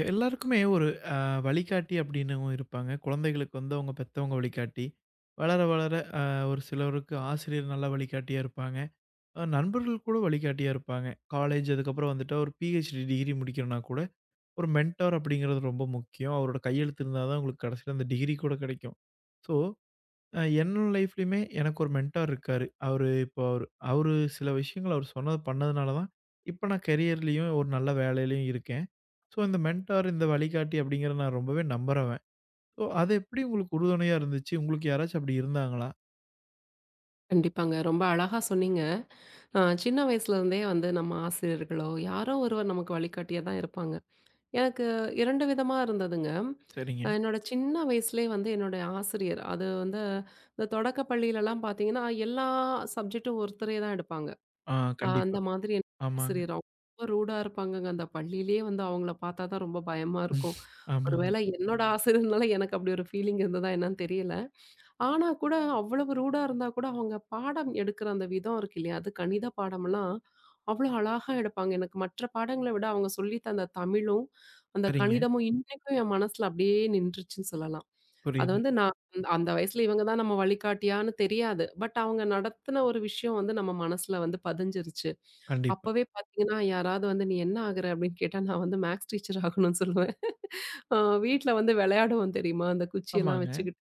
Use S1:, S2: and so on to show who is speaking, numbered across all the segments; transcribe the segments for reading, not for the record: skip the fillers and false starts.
S1: எல்லாருக்குமே ஒரு அ வழிகாட்டி அப்படின்னவங்க இருப்பாங்க. குழந்தைகளுக்கு வந்து அவங்க பெத்தவங்க வழிகாட்டி. வளர வளர ஒரு சிலருக்கு ஆசிரியர் நல்ல வழிகாட்டியா இருப்பாங்க. நண்பர்கள் கூட வழிகாட்டியா இருப்பாங்க. காலேஜ் அதுக்கப்புறம் வந்துட்டா ஒரு பிஹெச்டி டிகிரி முடிக்கிறனா கூட, ஒரு மென்டார் அப்படிங்கிறது ரொம்ப முக்கியம். அவரோட கையெழுத்து இருந்தா தான் உங்களுக்கு கடைசியில அந்த டிகிரி கூட கிடைக்கும். ஸோ, என்னோட லைஃப்லயுமே எனக்கு ஒரு மென்டார் இருக்காரு. அவரு இப்போ அவரு அவரு சில விஷயங்கள் அவர் சொன்னது பண்ணதுனால தான், இப்ப நான் கெரியர்லயும் ஒரு நல்ல வேலையிலயும் இருக்கேன். ஸோ, இந்த மென்டார், இந்த வழிகாட்டி அப்படிங்கிறத நான் ரொம்பவே நம்புறவன். ஸோ, அது எப்படி உங்களுக்கு உறுதுணையா இருந்துச்சு? உங்களுக்கு யாராச்சும் அப்படி இருந்தாங்களா?
S2: கண்டிப்பாங்க. ரொம்ப அழகா சொன்னீங்க. சின்ன வயசுலருந்தே வந்து நம்ம ஆசிரியர்களோ, யாரோ ஒருவர் நமக்கு வழிகாட்டியா தான் இருப்பாங்க. எனக்கு 2 விதமா இருந்ததுங்க.
S1: சரிங்க.
S2: என்னோட சின்ன வயசுலயே வந்து என்னுடைய ஆசிரியர், அது வந்து இந்த தொடக்க பள்ளியிலலாம் பார்த்தீங்கன்னா, எல்லா சப்ஜெக்ட்டும் ஒருத்தரே தான் எடுப்பாங்க.
S1: ஆ. கண்டிப்பா.
S2: அந்த மாதிரி என்
S1: ஆமாங்க.
S2: ஆசிரியர் அவங்க ரொம்ப ரூடா இருப்பாங்கங்க. அந்த பள்ளியிலேயே வந்து அவங்கள பார்த்தா தான் ரொம்ப பயமா இருக்கும்.
S1: ஆமாங்க.
S2: ஒருவேளை என்னோட ஆசிரியர்னால எனக்கு அப்படி ஒரு ஃபீலிங் இருந்ததா என்னன்னு தெரியல. ஆனா கூட அவ்வளவு ரூடா இருந்தா கூட அவங்க பாடம் எடுக்கிற அந்த விதம் இருக்கு இல்லையா, அது கணித பாடமெல்லாம் அவ்வளோ அழகா எடுப்பாங்க. எனக்கு மற்ற பாடங்களை விட அவங்க சொல்லி தந்த தமிழும் அந்த
S1: சரிங்க.
S2: கணிதமும் இன்னைக்கும் என் மனசுல அப்படியே நின்றுச்சுன்னு சொல்லலாம். அது
S1: புரியுது.
S2: வந்து நான் அந்த அந்த வயசுல இவங்க தான் நம்ம வழிகாட்டியான்னு தெரியாது. பட் அவங்க நடத்தின ஒரு விஷயம் வந்து நம்ம மனசுல வந்து பதிஞ்சிருச்சு.
S1: கண்டிப்பா.
S2: அப்பவே பாத்தீங்கன்னா, யாராவது வந்து நீ என்ன ஆகுற அப்படின்னு கேட்டா, நான் வந்து மேக்ஸ் டீச்சர் ஆகணும்னு சொல்லுவேன். வீட்ல வந்து விளையாடுவோம் தெரியுமா, அந்த குச்சியெல்லாம்
S1: ஆமாங்க.
S2: வச்சுக்கிட்டு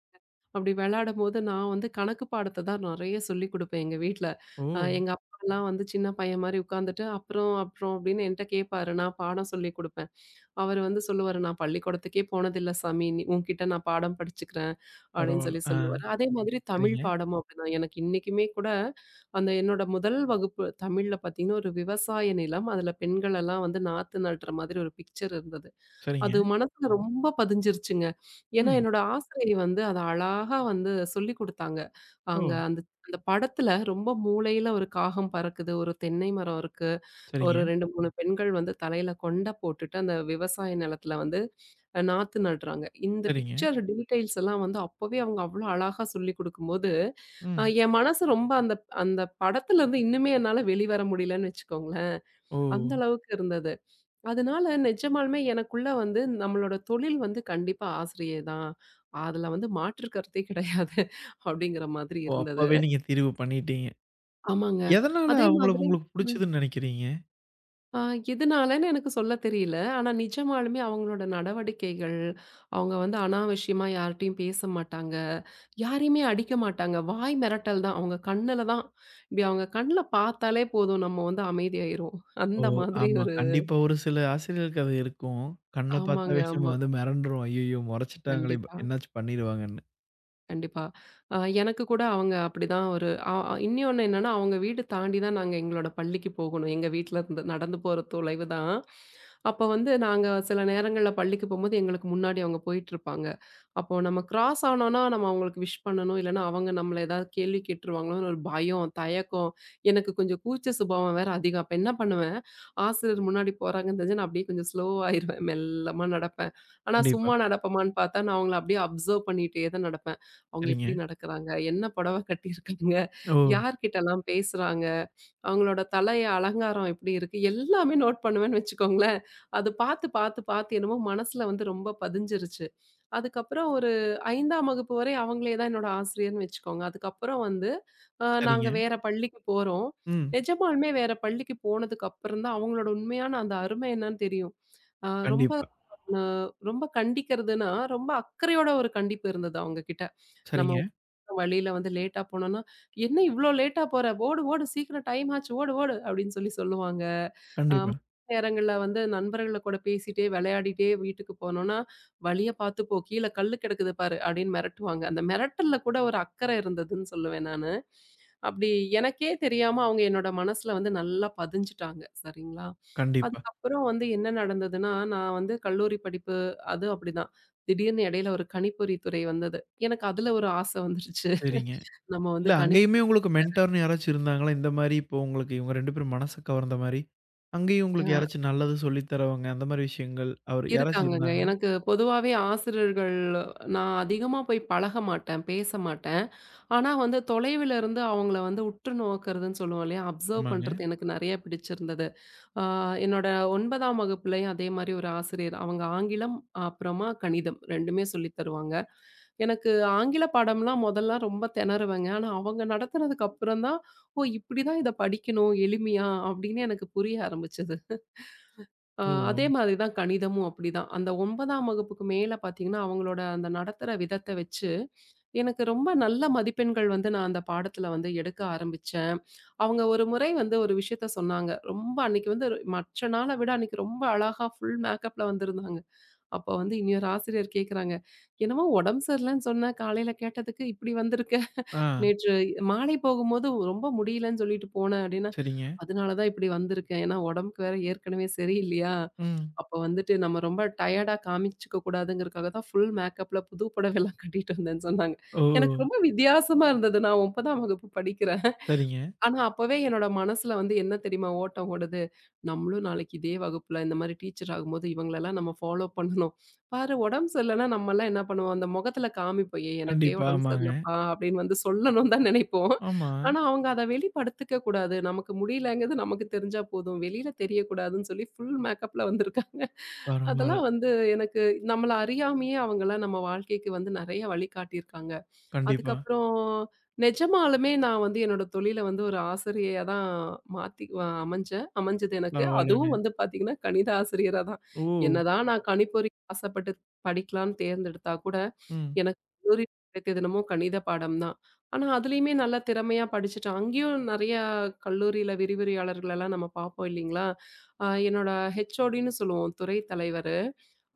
S2: அப்படி விளையாடும்போது நான் வந்து கணக்கு பாடத்த தான் நெறைய சொல்லிக் குடுப்பேன் எங்க வீட்ல.
S1: ஓ!
S2: எங்க அப்பாலாம் வந்து சின்ன பையன் மாரி உட்காந்துட்டு, "அப்புறம், அப்புறம்" அப்படின்னு என்ட்ட கேட்பாரு. நான் பாடம் சொல்லிக் குடுப்பேன். அவரு வந்து சொல்லுவாரு, "நான் பள்ளிக்கூடத்துக்கே போனதில்ல சாமி. நீ உன்கிட்ட நான் பாடம் படிச்சுக்கிறேன்" அப்படின்னு
S1: பரவால்ல.
S2: சொல்லி
S1: ஆ.
S2: சொல்லுவாரு. அதே மாதிரி தமிழ்
S1: சரிங்க.
S2: பாடமும் அப்படிதான். எனக்கு இன்னைக்குமே கூட அந்த என்னோட முதல் வகுப்பு தமிழ்ல பார்த்தீங்கன்னா, ஒரு விவசாய நிலம். அதுல பெண்களெல்லாம் வந்து நாத்து நடுற மாதிரி ஒரு பிக்சர் இருந்தது.
S1: சரிங்க.
S2: அது மனசுல ரொம்ப பதிஞ்சிருச்சுங்க. ஏன்னா
S1: ம்.
S2: என்னோட ஆசிரியை வந்து அத அழகா வந்து சொல்லிக் குடுத்தாங்க.
S1: ஓ!
S2: அங்க அந்த அந்த படத்துல ரொம்ப மூலையில ஒரு காகம் பறக்குது, ஒரு தென்னை மரம் இருக்கு,
S1: சரிங்க.
S2: ஒரு 2, 3 பெண்கள் வந்து தலையில கொண்ட போட்டுட்டு அந்த விவசாய நிலத்துல வந்து நாத்து நடுறாங்க. இந்த
S1: சரிங்க.
S2: பிக்சர் டீட்டெயில்ஸ் எல்லாம் வந்து அப்பவே அவங்க அவ்ளோ அழகா சொல்லிக் குடுக்கும்போது,
S1: ம்.
S2: என் மனசு ரொம்ப அந்த அந்த படத்துல இருந்து இன்னுமே என்னால வெளிவர முடியலன்னு வச்சுக்கோங்களேன்.
S1: ஓ!
S2: அந்த அளவுக்கு இருந்தது. அதனால நிஜமாலுமே எனக்குள்ள வந்து நம்மளோட தொழில் வந்து கண்டிப்பா ஆசிரியை தான். அதுல வந்து மாற்று கருத்தே கிடையாது அப்படிங்கிற மாதிரி
S1: ஓ!
S2: இருந்தது.
S1: அப்பவே நீங்க தீர்வு பண்ணிட்டீங்க.
S2: ஆமாங்க.
S1: எதனால
S2: அதே
S1: அவங்கள
S2: மாதிரி.
S1: உங்களுக்கு
S2: ம்.
S1: புடிச்சதுன்னு நெனைக்கிறீங்க?
S2: அ எதுனாலன்னு எனக்கு சொல்ல தெரியல. ஆனா நிஜமாலுமே அவங்களோட நடவடிக்கைகள், அவங்க வந்து அனாவசியமா யார்ட்டயும் பேச மாட்டாங்க. யாரையுமே அடிக்க மாட்டாங்க. வாய் மிரட்டல் தான். அவங்க கண்ணுல தான் இப்படி அவங்க கண்ல பார்த்தாலே போதும் நம்ம வந்து அமைதியாயிருவோம்.
S1: ஓ!
S2: அந்த மாதிரி
S1: ஆமா.
S2: ஒரு
S1: கண்டிப்பா ஒரு சில ஆசிரியர்களுக்கு அது இருக்கும். கண்ண
S2: ஆமாங்க,
S1: பார்த்தாவே நம்ம
S2: ஆமா.
S1: வந்து மிரண்டுருவோம். ஐய்யய்யோ! மொறச்சிட்டாங்களே!
S2: கண்டிப்பா.
S1: என்னாச்சும் பண்ணிருவாங்கன்னு.
S2: கண்டிப்பா. அ எனக்கு கூட அவங்க அப்படிதான். ஒரு அ அ இன்னொன்னு என்னன்னா, அவங்க வீடு தாண்டி தான் நாங்க எங்களோட பள்ளிக்கு போகணும். எங்க வீட்ல இருந்து நடந்து போற தொலைவு தான். அப்போ வந்து நாங்க சில நேரங்கள்ல பள்ளிக்கு போம்போது எங்களுக்கு முன்னாடி அவங்க போயிட்டுருப்பாங்க. அப்போ நம்ம கிராஸ் ஆனோம்னா நம்ம அவங்களுக்கு விஷ் பண்ணணும். இல்லன்னா அவங்க நம்மள ஏதாவது கேள்வி கேட்டுருவாங்களோன்னு ஒரு பயம், தயக்கம். எனக்கு கொஞ்சம் கூச்ச சுபாவம் வேற அதிகம். அப்ப என்ன பண்ணுவேன், ஆசிரியர் முன்னாடி போறாங்கன்னு தெரிஞ்சா நான் அப்படியே கொஞ்சம் ஸ்லோவாயிருவேன். மெல்லமா நடப்பேன். ஆனா
S1: கண்டிப்பா.
S2: சும்மா நடப்பமான்னு பார்த்தா, நான் அவங்கள அப்படியே அப்சர்வ் பண்ணிட்டே தான் நடப்பேன். அவங்க
S1: சரிங்க.
S2: எப்படி நடக்குறாங்க? என்ன புடவை கட்டியிருக்காங்க?
S1: ஓ!
S2: யார்கிட்டலாம் பேசுறாங்க? அவங்களோட தலைய அலங்காரம் எப்படி இருக்கு? எல்லாமே நோட் பண்ணுவேன்னு வச்சுக்கோங்களேன். அது பார்த்து, பார்த்து, பார்த்து என்னமோ மனசுல வந்து ரொம்ப பதிஞ்சிருச்சு. அதுக்கப்புறம் ஒரு 5ஆம் வகுப்பு வரை அவங்களே தான் என்னோட ஆசிரியர்ன்னு வச்சுக்கோங்க. அதுக்கப்புறம் வந்து நாங்க
S1: சரிங்க.
S2: வேற பள்ளிக்கு போறோம்.
S1: ம்.
S2: நிஜமாலுமே வேற பள்ளிக்கு போனதுக்கு அப்புறம் தான் அவங்களோட உண்மையான அந்த அருமை என்னன்னு தெரியும். அ ரொம்ப
S1: கண்டிப்பா.
S2: அ ரொம்ப கண்டிக்கிறதுன்னா, ரொம்ப அக்கறையோட ஒரு கண்டிப்பு இருந்தது அவங்க கிட்ட. நம்ம
S1: சரிங்க.
S2: வழியில வந்து லேட்டா போனோம்னா "என்ன இவ்ளோ லேட்டா போற? ஓடு, ஓடு சீக்கிரம் டைம் ஆச்சு ஓடு, ஓடு" அப்படின்னு சொல்லி சொல்லுவாங்க.
S1: கண்டிப்பா,
S2: மத்த நேரங்கள்ல வந்து நண்பர்கள கூட பேசிட்டே, விளையாடிட்டே வீட்டுக்கு போனோம்னா, "வழிய பார்த்து போ, கீழ கல்லு கிடக்குது பாரு" அப்படின்னு மிரட்டுவாங்க. அந்த மிரட்டல்ல கூட ஒரு அக்கறை இருந்ததுன்னு சொல்லுவேன் நானு. அப்படி எனக்கே தெரியாம அவங்க என்னோட மனசுல வந்து நல்லா பதிஞ்சுட்டாங்க. சரிங்களா?
S1: கண்டிப்பா.
S2: அதுக்கப்புறம் வந்து என்ன நடந்ததுன்னா, நான் வந்து கல்லூரி படிப்பு அதுவும் அப்படிதான். திடீர்னு இடையில ஒரு கணிப்பொறி துறை வந்தது. எனக்கு அதுல ஒரு ஆசை வந்துருச்சு.
S1: சரிங்க.
S2: நம்ம வந்து
S1: இல்ல
S2: கணிப்
S1: அங்கேயுமே உங்களுக்கு மென்டார்ன்னு யாராச்சும் இருந்தாங்களா? இந்த மாரி இப்போ உங்களுக்கு இவங்க 2 பேரும் மனசு கவர்ந்த மாரி, அங்கேயும் உங்களுக்கு
S2: அ
S1: யாராச்சும் நல்லது சொல்லி தரவங்க, அந்த மாரி விஷயங்கள் அவர் யாராச்சும்
S2: இருக்காங்கங்க.
S1: இருந்தாங்களா?
S2: எனக்கு பொதுவாவே ஆசிரியர்கள் நான் அதிகமா போய் பழக மாட்டேன், பேச மாட்டேன். ஆனா வந்து தொலைவில இருந்து அவங்கள வந்து உற்று நோக்குறதுன்னு சொல்லுவோம் இல்லையா? அப்சர்வ்
S1: ஆமாங்க.
S2: பண்றது எனக்கு நிறைய பிடிச்சிருந்தது. ஆ என்னோட 9ஆம் வகுப்புலயும் அதே மாரி ஒரு ஆசிரியர். அவங்க ஆங்கிலம், அப்புறமா கணிதம் 2மே சொல்லி தருவாங்க. எனக்கு ஆங்கில பாடம்லாம் முதல்ல ரொம்ப திணறுவேங்க. ஆனா அவங்க நடத்துனதுக்கு அப்புறம் தான், ஓ! இப்படி தான் இத படிக்கணும் எளிமையா அப்படின்னு எனக்கு புரிய ஆரம்பிச்சது. அ
S1: ஓ!
S2: அதே மாதிரி தான் கணிதமும் அப்படிதான். அந்த 9ஆம் வகுப்புக்கு மேல பார்த்தீங்கன்னா, அவங்களோட அந்த நடத்துற விதத்த வச்சு, எனக்கு ரொம்ப நல்ல மதிப்பெண்கள் வந்து நான் அந்த பாடத்துல வந்து எடுக்க ஆரம்பிச்சேன். அவங்க ஒரு முறை வந்து ஒரு விஷயத்த சொன்னாங்க. ரொம்ப அன்னைக்கு வந்து மற்ற நாள விட அன்னைக்கு ரொம்ப அழகா ஃபுல் மேக்கப்ல வந்திருந்தாங்க. அப்ப வந்து இன்னொரு ஆசிரியர் கேட்குறாங்க, "என்னமோ உடம்பு சரியில்லன்னு சொன்ன, காலையில கேட்டதுக்கு இப்படி வந்திருக்க.
S1: ஆ.
S2: நேற்று மாலை போகும்போது ரொம்ப முடியலன்னு சொல்லிட்டு போன" அப்படின்னா,
S1: சரிங்க.
S2: "அதனால தான் இப்படி வந்திருக்கேன். ஏன்னா உடம்புக்கு வேற ஏற்கனவே சரியில்லையா?"
S1: ம்.
S2: அப்ப வந்துட்டு நம்ம ரொம்ப டயர்டா காமிச்சுக்க கூடாதுங்கிறதுக்காக தான் ஃபுல் மேக்கப்ல புது புடவைலாம் கட்டிட்டு வந்தேன்னு சொன்னாங்க.
S1: ஓ!
S2: எனக்கு ரொம்ப வித்தியாசமா இருந்தது. நான் 9ஆம் வகுப்பு படிக்கிறேன்.
S1: சரிங்க.
S2: ஆனா அப்பவே என்னோட மனசுல வந்து என்ன தெரியுமா ஓட்டம் ஓடுது? நம்மளும் நாளைக்கு இதே வகுப்புல இந்த மாரி டீச்சர் ஆகும்போது இவங்களலாம் நம்ம ஃபாலோ பண்ணணும். பாரு உடம்பு சரியில்லன்னா நம்மலாம் என்ன பண்ணுவோம்? அந்த முகத்துல காமிப்போம். "ஏய் எனக்கே
S1: கண்டிப்பா.
S2: உடம்பு
S1: ஆமாங்க.
S2: சரியில்லப்பா" அப்படின்னு வந்து சொல்லணும்னு தான் நினைப்போம்.
S1: ஆமா.
S2: ஆனா அவங்க அத வெளிப்படுத்திக்க கூடாது. நமக்கு முடியலங்கிறது நமக்கு தெரிஞ்சா போதும். வெளியில தெரியக்கூடாதுன்னு சொல்லி ஃபுல் மேக்கப்ல வந்திருக்காங்க.
S1: பரவால்ல.
S2: அதெல்லாம் வந்து எனக்கு நம்மள அறியாமயே அவங்கலாம் நம்ம வாழ்க்கைக்கு வந்து நெறைய வழிகாட்டியிருக்காங்க.
S1: கண்டிப்பா.
S2: அதுக்கப்புறம் நிஜமாலுமே நான் வந்து என்னோட தொழில வந்து ஒரு ஆசிரியையா தான் மாத்தி அமைஞ்சேன். அமைஞ்சது எனக்கு.
S1: பரவால்லங்க.
S2: அதுவும் வந்து பார்த்தீங்கன்னா, கணித ஆசிரியரா தான்.
S1: ஓ!
S2: என்னதான் நான் கணிப்பொறி ஆசைப்பட்டு படிக்கலான்னு தேர்ந்தெடுத்தா கூட,
S1: ம்.
S2: எனக்கு கல்லூரி கிடைத்தது என்னமோ கணித பாடம் தான். ஆனா, அதுலயுமே நல்லா திறமையா படிச்சுட்டேன். அங்கேயும் நெறையா கல்லூரியில விரிவுரையாளர்களெல்லாம் நம்ம பார்ப்போம் இல்லைங்களா? என்னோட ஹெச்ஓடின்னு சொல்லுவோம், துறை தலைவர்.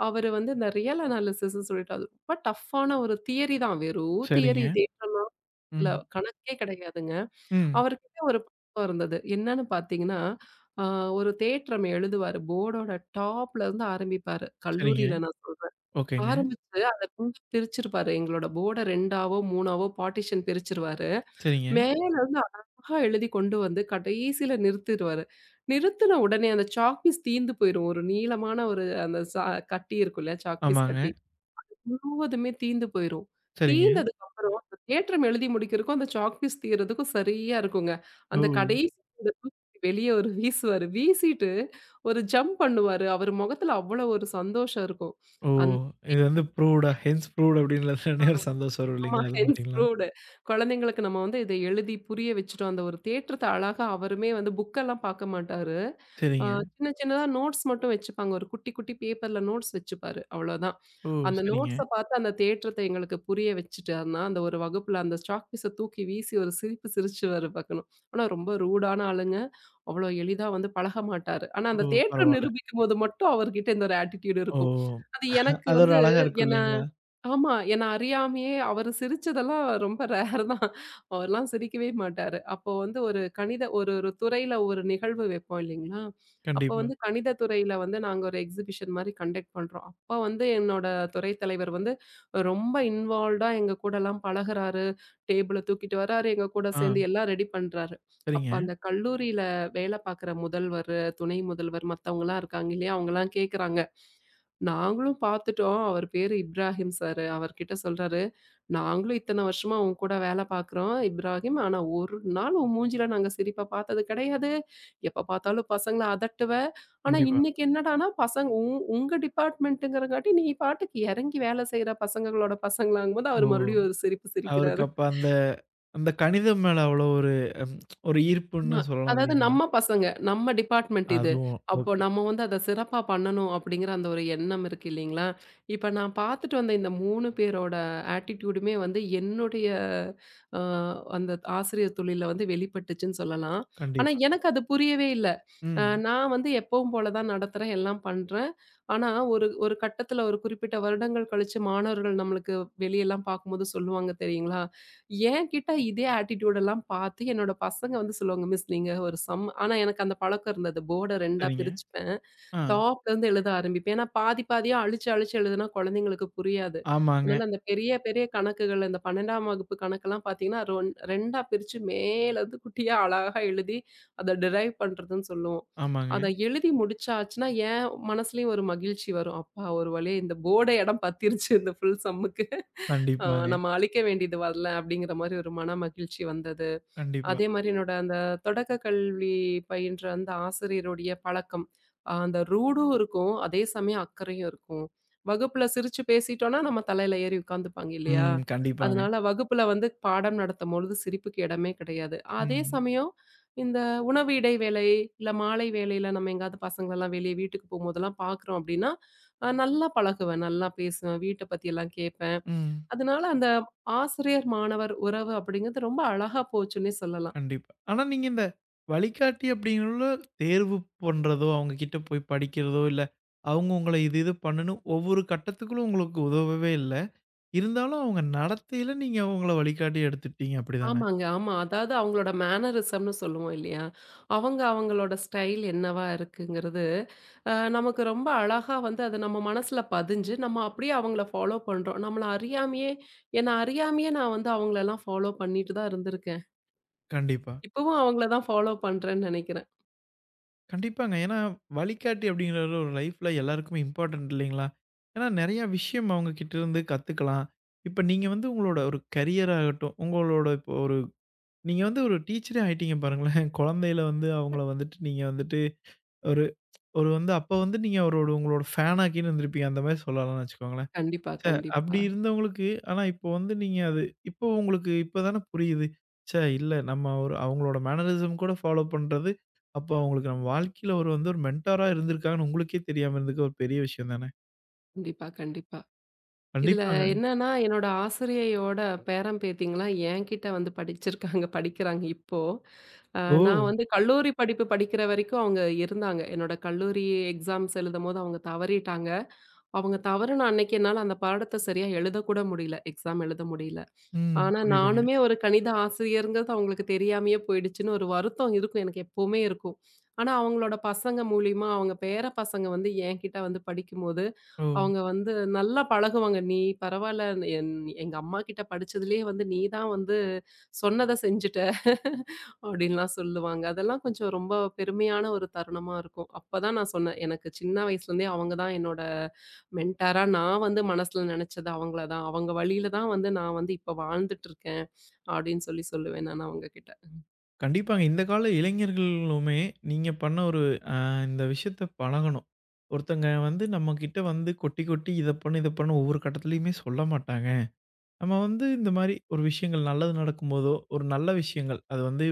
S2: அவரு வந்து இந்த ரியல் அனாலிசிஸ்ன்னு சொல்லிட்டு அது ரொம்ப டஃப்பான ஒரு தியரி தான். வெறும் தியரி
S1: சரிங்க.
S2: தேற்றம்லாம்
S1: ம்.
S2: கணக்கே கிடையாதுங்க.
S1: ம்.
S2: அவர்கிட்ட ஒரு பழக்கம் இருந்தது. என்னன்னு பார்த்தீங்கன்னா, அ ஒரு தேற்றம் எழுதுவாரு. போர்டோட டாப்லருந்து ஆரம்பிப்பாரு.
S1: சரிங்க.
S2: கல்லூரியில நான் சொல்றேன்.
S1: ஓகேங்க.
S2: ஆரம்பிச்சு அத கொஞ்சம் பிரிச்சிருப்பாரு. எங்களோட போர்ட 2ஆவோ, 3ஆவோ பார்ட்டிஷன் பிரிச்சிருவாரு.
S1: சரிங்க.
S2: மேலருந்து அழகா எழுதி கொண்டு வந்து கடைசியில நிறுத்திருவாரு. நிறுத்துன உடனே அந்த சாக்பீஸ் தீந்து போயிரும். ஒரு நீளமான ஒரு அந்த கட்டி இருக்கும் இல்லையா? சாக்பீஸ்
S1: ஆமாங்க.
S2: கட்டி. முழுவதுமே தீந்து போயிரும்.
S1: சரிங்க.
S2: தீந்ததுக்கு அப்புறம் அந்த தேற்றம் எழுதி முடிக்கிறதுக்கும், அந்த சாக் பீஸ் தீர்றதுக்கும் சரியா இருக்குங்க.
S1: ஓ!
S2: அந்த கடைசி அந்த தூக்கி வெளிய ஒரு வீசுவாரு. வீசிட்டு ஒரு ஜம்ப் பண்ணுவாரு. அவர் முகத்துல அவ்வளோ ஒரு சந்தோஷம் இருக்கும்.
S1: ஓ! இது வந்து ப்ரூவ்டா ஹென்ஸ் ப்ரூவ்ட் அப்படின்றதுலனே ஒரு சந்தோஷம் வரும்
S2: ஆமா.
S1: இல்லைங்களா? அது
S2: ஹென்ஸ்
S1: மாரிங்களா?
S2: ப்ரூவ்டு. குழந்தைங்களுக்கு நம்ம வந்து இத எழுதி புரிய வச்சுட்டோம். அந்த ஒரு தேற்றத்த அழகா அவருமே வந்து புக்கெல்லாம் பாக்க மாட்டாரு. அ
S1: சரிங்க.
S2: சின்ன சின்னதா நோட்ஸ் மட்டும் வச்சுப்பாங்க. ஒரு குட்டி குட்டி பேப்பர்ல நோட்ஸ் வச்சுப்பாரு. அவ்வளோதான்.
S1: ஓ!
S2: அந்த
S1: சரிங்க.
S2: நோட்ஸ பாத்து அந்த தேற்றத்த எங்களுக்கு புரிய வச்சுட்டாருன்னா, அந்த ஒரு வகுப்புல அந்த சாக் பீஸ தூக்கி வீசி ஒரு சிரிப்பு சிரிச்சுவாரு பாக்கணும். ஆனா ரொம்ப ரூடான ஆளுங்க. அவ்வளோ எளிதா வந்து பழக மாட்டாரு. ஆனா
S1: ஓ!
S2: அந்த தேற்றம்
S1: பரவால்ல.
S2: நிரூபிக்கும்போது மட்டும் அவர்கிட்ட இந்த ஒரு ஆட்டிட்யூட்
S1: ஓ!
S2: இருக்கும். அது எனக்கு
S1: அது ஒரு
S2: வந்து
S1: அழகா இருக்கும்
S2: என்ன
S1: இல்லைங்களா?
S2: ஆமா. என்ன அறியாமயே அவரு சிரிச்சதெல்லாம் ரொம்ப ரேர் தான். அவர்லாம் சிரிக்கவே மாட்டாரு. அப்போ வந்து ஒரு கணித ஒரு ஒரு துறையில ஒரு நிகழ்வு வைப்போம் இல்லைங்களா? அப்போ
S1: கண்டிப்பா.
S2: வந்து கணித துறையில வந்து நாங்க ஒரு எக்ஸிபிஷன் மாரி கண்டக்ட் பண்றோம். அப்ப வந்து என்னோட துறை தலைவர் வந்து ரொம்ப இன்வால்வ்டா எங்க கூடலாம் பழகுறாரு. டேபிள தூக்கிட்டு வராரு, எங்க கூட
S1: ஆ.
S2: சேர்ந்து எல்லாம் ரெடி பண்றாரு. அப்ப
S1: சரிங்க.
S2: அந்த கல்லூரியில வேலை பார்க்குற முதல்வர், துணை முதல்வர் மத்தவங்கலாம் இருக்காங்க இல்லையா? அவங்கலாம் கேட்குறாங்க. நாங்களும் பார்த்துட்டோம். அவரு பேரு இப்ராஹிம் சாரு. அவர்கிட்ட சொல்றாரு, "நாங்களும் இத்தன வருஷமா உன் கூட வேல பார்க்குறோம் இப்ராஹிம். ஆனா ஒரு நாள் உன் மூஞ்சில நாங்க சிரிப்ப பார்த்தது கிடையாது. எப்ப பார்த்தாலும் பசங்கள அதட்டுவ. ஆனா
S1: கண்டிப்பா.
S2: இன்னைக்கு என்னடான்னா, பசங்க உங்க டிபார்ட்மெண்ட்டுங்கிறங்காட்டி, நீ பாட்டுக்கு இறங்கி வேல செய்ற பசங்களோட பசங்களாங்கும்போது" அவரு
S1: ஓ!
S2: மறுபடியும் ஒரு சிரிப்பு
S1: அவருக்கு
S2: சிரிக்கிறாரு.
S1: அப்ப அந்த அந்த கணிதம் மேல அவ்வளோ ஒரு ஒரு
S2: ஆமா.
S1: ஈர்ப்புன்னு சொல்லலாம்
S2: அதாவது
S1: இல்லைங்களா?
S2: நம்ம பசங்க, நம்ம டிபார்ட்மெண்ட் இது.
S1: அதுவும்
S2: அப்போ
S1: ஓகே.
S2: நம்ம வந்து அத சிறப்பா பண்ணணும் அப்படிங்கிற அந்த ஒரு எண்ணம் இருக்கு இல்லைங்களா? இப்ப நான் பார்த்துட்டு வந்த இந்த 3 பேரோட ஆட்டிட்யூடுமே வந்து என்னுடைய அ அந்த ஆசிரியர் தொழில்ல வந்து வெளிப்பட்டுச்சுன்னு சொல்லலாம். ஆனா
S1: கண்டிப்பா.
S2: எனக்கு அது புரியவே இல்ல.
S1: ம்.
S2: நான் வந்து எப்பவும் போல தான் நடத்துறேன், எல்லாம் பண்றேன். ஆனா ஒரு ஒரு கட்டத்துல ஒரு குறிப்பிட்ட வருடங்கள் கழிச்சு மாணவர்கள் நம்மளுக்கு வெளியலாம் பார்க்கும்போது சொல்லுவாங்க தெரியுங்களா? என்கிட்ட இதே ஆட்டிட்யூட் எல்லாம் பார்த்து என்னோட பசங்க வந்து சொல்லுவாங்க, "மிஸ் நீங்க ஒரு சம்". ஆனா எனக்கு அந்த பழக்கம் இருந்தது. போர்ட 2ஆ
S1: சரிங்க.
S2: பிரிச்சுப்பேன்.
S1: ஆ.
S2: டாப்லருந்து எழுத ஆரம்பிப்பேன். ஏன்னா பாதி பாதியா அழிச்சு, அழிச்சு எழுதுனா குழந்தைங்களுக்கு புரியாது.
S1: ஆமாங்க,
S2: அதனால அந்த பெரிய, பெரிய கணக்குகள் இந்த 12ஆம் வகுப்பு கணக்கெல்லாம் பார்த்தீங்கன்னா, ரொன் 2ஆ பிரிச்சு மேலருந்து குட்டியா அழகா எழுதி அத டிரைவ் பண்றதுன்னு சொல்லுவோம்.
S1: ஆமாங்க.
S2: அத எழுதி முடிச்சாச்சுன்னா, என் மனசுலயும் ஒரு மகிழ்ச்சி வரும். அப்பா ஒரு வழியா இந்த போர்ட இடம் பத்திருச்சு இந்த ஃபுல் சம்முக்கு. அ
S1: கண்டிப்பாங்க,
S2: நம்ம அழிக்க வேண்டியது வரல அப்படிங்கிற மாரி ஒரு மன மகிழ்ச்சி வந்தது.
S1: கண்டிப்பா.
S2: அதே மாரி என்னோட அந்த தொடக்க கல்வி பயின்ற அந்த ஆசிரியருடைய பழக்கம். அந்த ரூடும் இருக்கும். அதே சமயம் அக்கறையும் இருக்கும். வகுப்புல சிரிச்சு பேசிட்டோம்னா, நம்ம தலையில ஏறி உட்காந்துப்பாங்க இல்லையா?
S1: ம். கண்டிப்பாங்க.
S2: அதனால வகுப்புல வந்து பாடம் நடத்தும்பொழுது சிரிப்புக்கு இடமே கிடையாது. அதே
S1: ம்,
S2: சமயம் இந்த உணவு இடைவேளை, இல்ல மாலை வேளையில நம்ம எங்கேயாவது பசங்களலாம் வெளிய வீட்டுக்கு போம்போதெல்லாம் பார்க்குறோம் அப்டின்னா, நல்லா பழகுவேன், நல்லா பேசுவேன், வீட்ட பத்தியெல்லாம் கேட்பேன்.
S1: ம்.
S2: அதனால அந்த ஆசிரியர் மாணவர் உறவு அப்படிங்கிறது ரொம்ப அழகா போச்சுன்னே சொல்லலாம்.
S1: கண்டிப்பா. ஆனா நீங்க இந்த வழிகாட்டி அப்படிங்கிறவங்கள தேர்வு பண்றதோ, அவங்க கிட்ட போய் படிக்கிறதோ, இல்ல அவங்க உங்கள இது இது பண்ணுன்னு ஒவ்வொரு கட்டத்துக்குள்ள உங்களுக்கு உதவவே இல்ல. இருந்தாலும் அவங்க நடத்தையில நீங்க அவங்கள வழிகாட்டி எடுத்துட்டீங்க அப்படிதானே?
S2: ஆமாங்க. ஆமா. அதாவது அவங்களோட மேனரிசம்ன்னு சொல்லுவோம் இல்லையா? அவங்க அவங்களோட ஸ்டைல் என்னவா இருக்குங்கிறது, நமக்கு ரொம்ப அழகா வந்து அது நம்ம மனசுல பதிஞ்சு, நம்ம அப்படியே அவங்கள ஃபாலோ பண்றோம். நம்மள அறியாமயே என்ன அறியாமயே நான் வந்து அவங்களலாம் ஃபாலோ பண்ணிட்டு தான் இருந்திருக்கேன்.
S1: கண்டிப்பா.
S2: இப்பவும் அவங்கள தான் ஃபாலோ பண்றேன்னு நெனைக்கிறேன்.
S1: கண்டிப்பாங்க. ஏன்னா, வழிகாட்டி அப்படிங்கிறவர் ஒரு லைஃப்ல எல்லாருக்குமே இம்பார்ட்டன்ட் இல்லைங்களா? ஏன்னா நெறைய விஷயம் அவங்க கிட்டேருந்து கத்துக்கலாம். இப்ப நீங்க வந்து உங்களோட ஒரு கரியர் ஆகட்டும், உங்களோட இப்போ ஒரு நீங்க வந்து ஒரு டீச்சரே ஆயிட்டீங்க பாருங்களேன். குழந்தையில வந்து அவங்கள வந்துட்டு நீங்க வந்துட்டு ஒரு ஒரு வந்து அப்ப வந்து நீங்க அவரோட உங்களோட ஃபேனாக்கின்னு இருந்திருப்பீங்க. அந்த மாரி சொல்லலாம்னு வச்சுக்கோங்களேன்.
S2: கண்டிப்பா,
S1: ச்சே!
S2: கண்டிப்பா,
S1: அப்படி இருந்தவங்களுக்கு ஆனா இப்போ வந்து நீங்க அது இப்போ உங்களுக்கு இப்ப தானே புரியுது. ச்சே! இல்ல நம்ம ஒரு அவங்களோட மேனரிசம் கூட ஃபாலோ பண்றது, அப்போ அவங்களுக்கு நம்ம வாழ்க்கையில ஒரு வந்து ஒரு மென்டாரா இருந்திருக்காங்கன்னு உங்களுக்கே தெரியாம இருந்திருக்க ஒரு பெரிய விஷயம் தானே!
S2: கண்டிப்பா, கண்டிப்பா. இதுல
S1: கண்டிப்பாங்க.
S2: என்னன்னா, என்னோட ஆசிரியையோட பேரன், பேத்திங்கலாம் என்கிட்ட வந்து படிச்சிருக்காங்க, படிக்கிறாங்க இப்போ. அ
S1: ஓ!
S2: நான் வந்து கல்லூரி படிப்பு படிக்கிற வரைக்கும் அவங்க இருந்தாங்க. என்னோட கல்லூரி எக்ஸாம்ஸ் எழுதும்போது அவங்க தவறிட்டாங்க. அவங்க தவறுன அன்னைக்கு என்னால அந்த பாடத்த சரியா எழுதக்கூட முடியல. எக்ஸாம் எழுத முடியல.
S1: ம்.
S2: ஆனா,
S1: புரியுதுங்க.
S2: நானுமே ஒரு கணித ஆசிரியர்ங்கிறது அவங்களுக்கு தெரியாமயே போயிடுச்சுன்னு ஒரு வருத்தம் இருக்கும். எனக்கு எப்பவுமே இருக்கும். ஆனா, அவங்களோட பசங்க மூலியமா அவங்க பேர பசங்க வந்து என்கிட்ட வந்து படிக்கும்போது,
S1: ஓ!
S2: அவங்க வந்து நல்லா பழகுவாங்க. "நீ பரவால்ல என் எங்க அம்மாகிட்ட படிச்சதுலயே வந்து நீ தான் வந்து சொன்னத செஞ்சுட்ட" அப்படின்லாம் சொல்லுவாங்க. அதெல்லாம் கொஞ்சம் ரொம்ப பெருமையான ஒரு தருணமா இருக்கும். அப்பதான் நான் சொன்னேன், எனக்கு சின்ன வயசுலேருந்தே அவங்க தான் என்னோட மென்டாரா நான் வந்து மனசுல நெனச்சது அவங்கள தான். அவங்க வழியில தான் வந்து நான் வந்து இப்ப வாழ்ந்துட்டுருக்கேன், அப்படின்னு சொல்லி சொல்லுவேன் நான் அவங்க கிட்ட.
S1: கண்டிப்பாங்க. இந்த கால இளைஞர்களுமே நீங்க பண்ண ஒரு அ இந்த விஷயத்த பழகணும். ஒருத்தங்க வந்து நம்மகிட்ட வந்து கொட்டி கொட்டி இத பண்ணு, இத பண்ணு ஒவ்வொரு கட்டத்துலயுமே சொல்ல மாட்டாங்க. நம்ம வந்து இந்த மாரி ஒரு விஷயங்கள் நல்லது நடக்கும்போதோ, ஒரு நல்ல விஷயங்கள் அது வந்து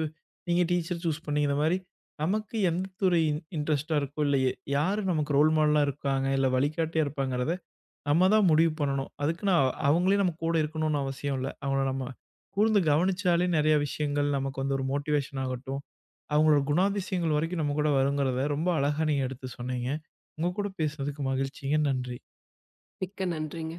S1: நீங்க டீச்சர் சூஸ் பண்ணீங்க. இந்த மாரி நமக்கு எந்த துறை இன்ட்ரெஸ்ட்டா இருக்கோ, இல்ல யாரு நமக்கு ரோல் மாடலா இருக்காங்க, இல்ல வழிகாட்டியா இருப்பாங்கிறத நம்ம தான் முடிவு பண்ணணும். அதுக்குன்னு அவங்களே நம்ம கூட இருக்கணும்னு அவசியம் இல்ல. அவங்கள நம்ம கூர்ந்து கவனிச்சாலே நெறைய விஷயங்கள் நமக்கு வந்து ஒரு மோட்டிவேஷன் ஆகட்டும், அவங்களோட குணாதிசயங்கள் வரைக்கும் நம்ம கூட வருங்கிறத ரொம்ப அழகா நீங்க எடுத்து சொன்னீங்க. உங்க கூட பேசுனதுக்கு மகிழ்ச்சிங்க. நன்றி.
S2: மிக்க நன்றிங்க.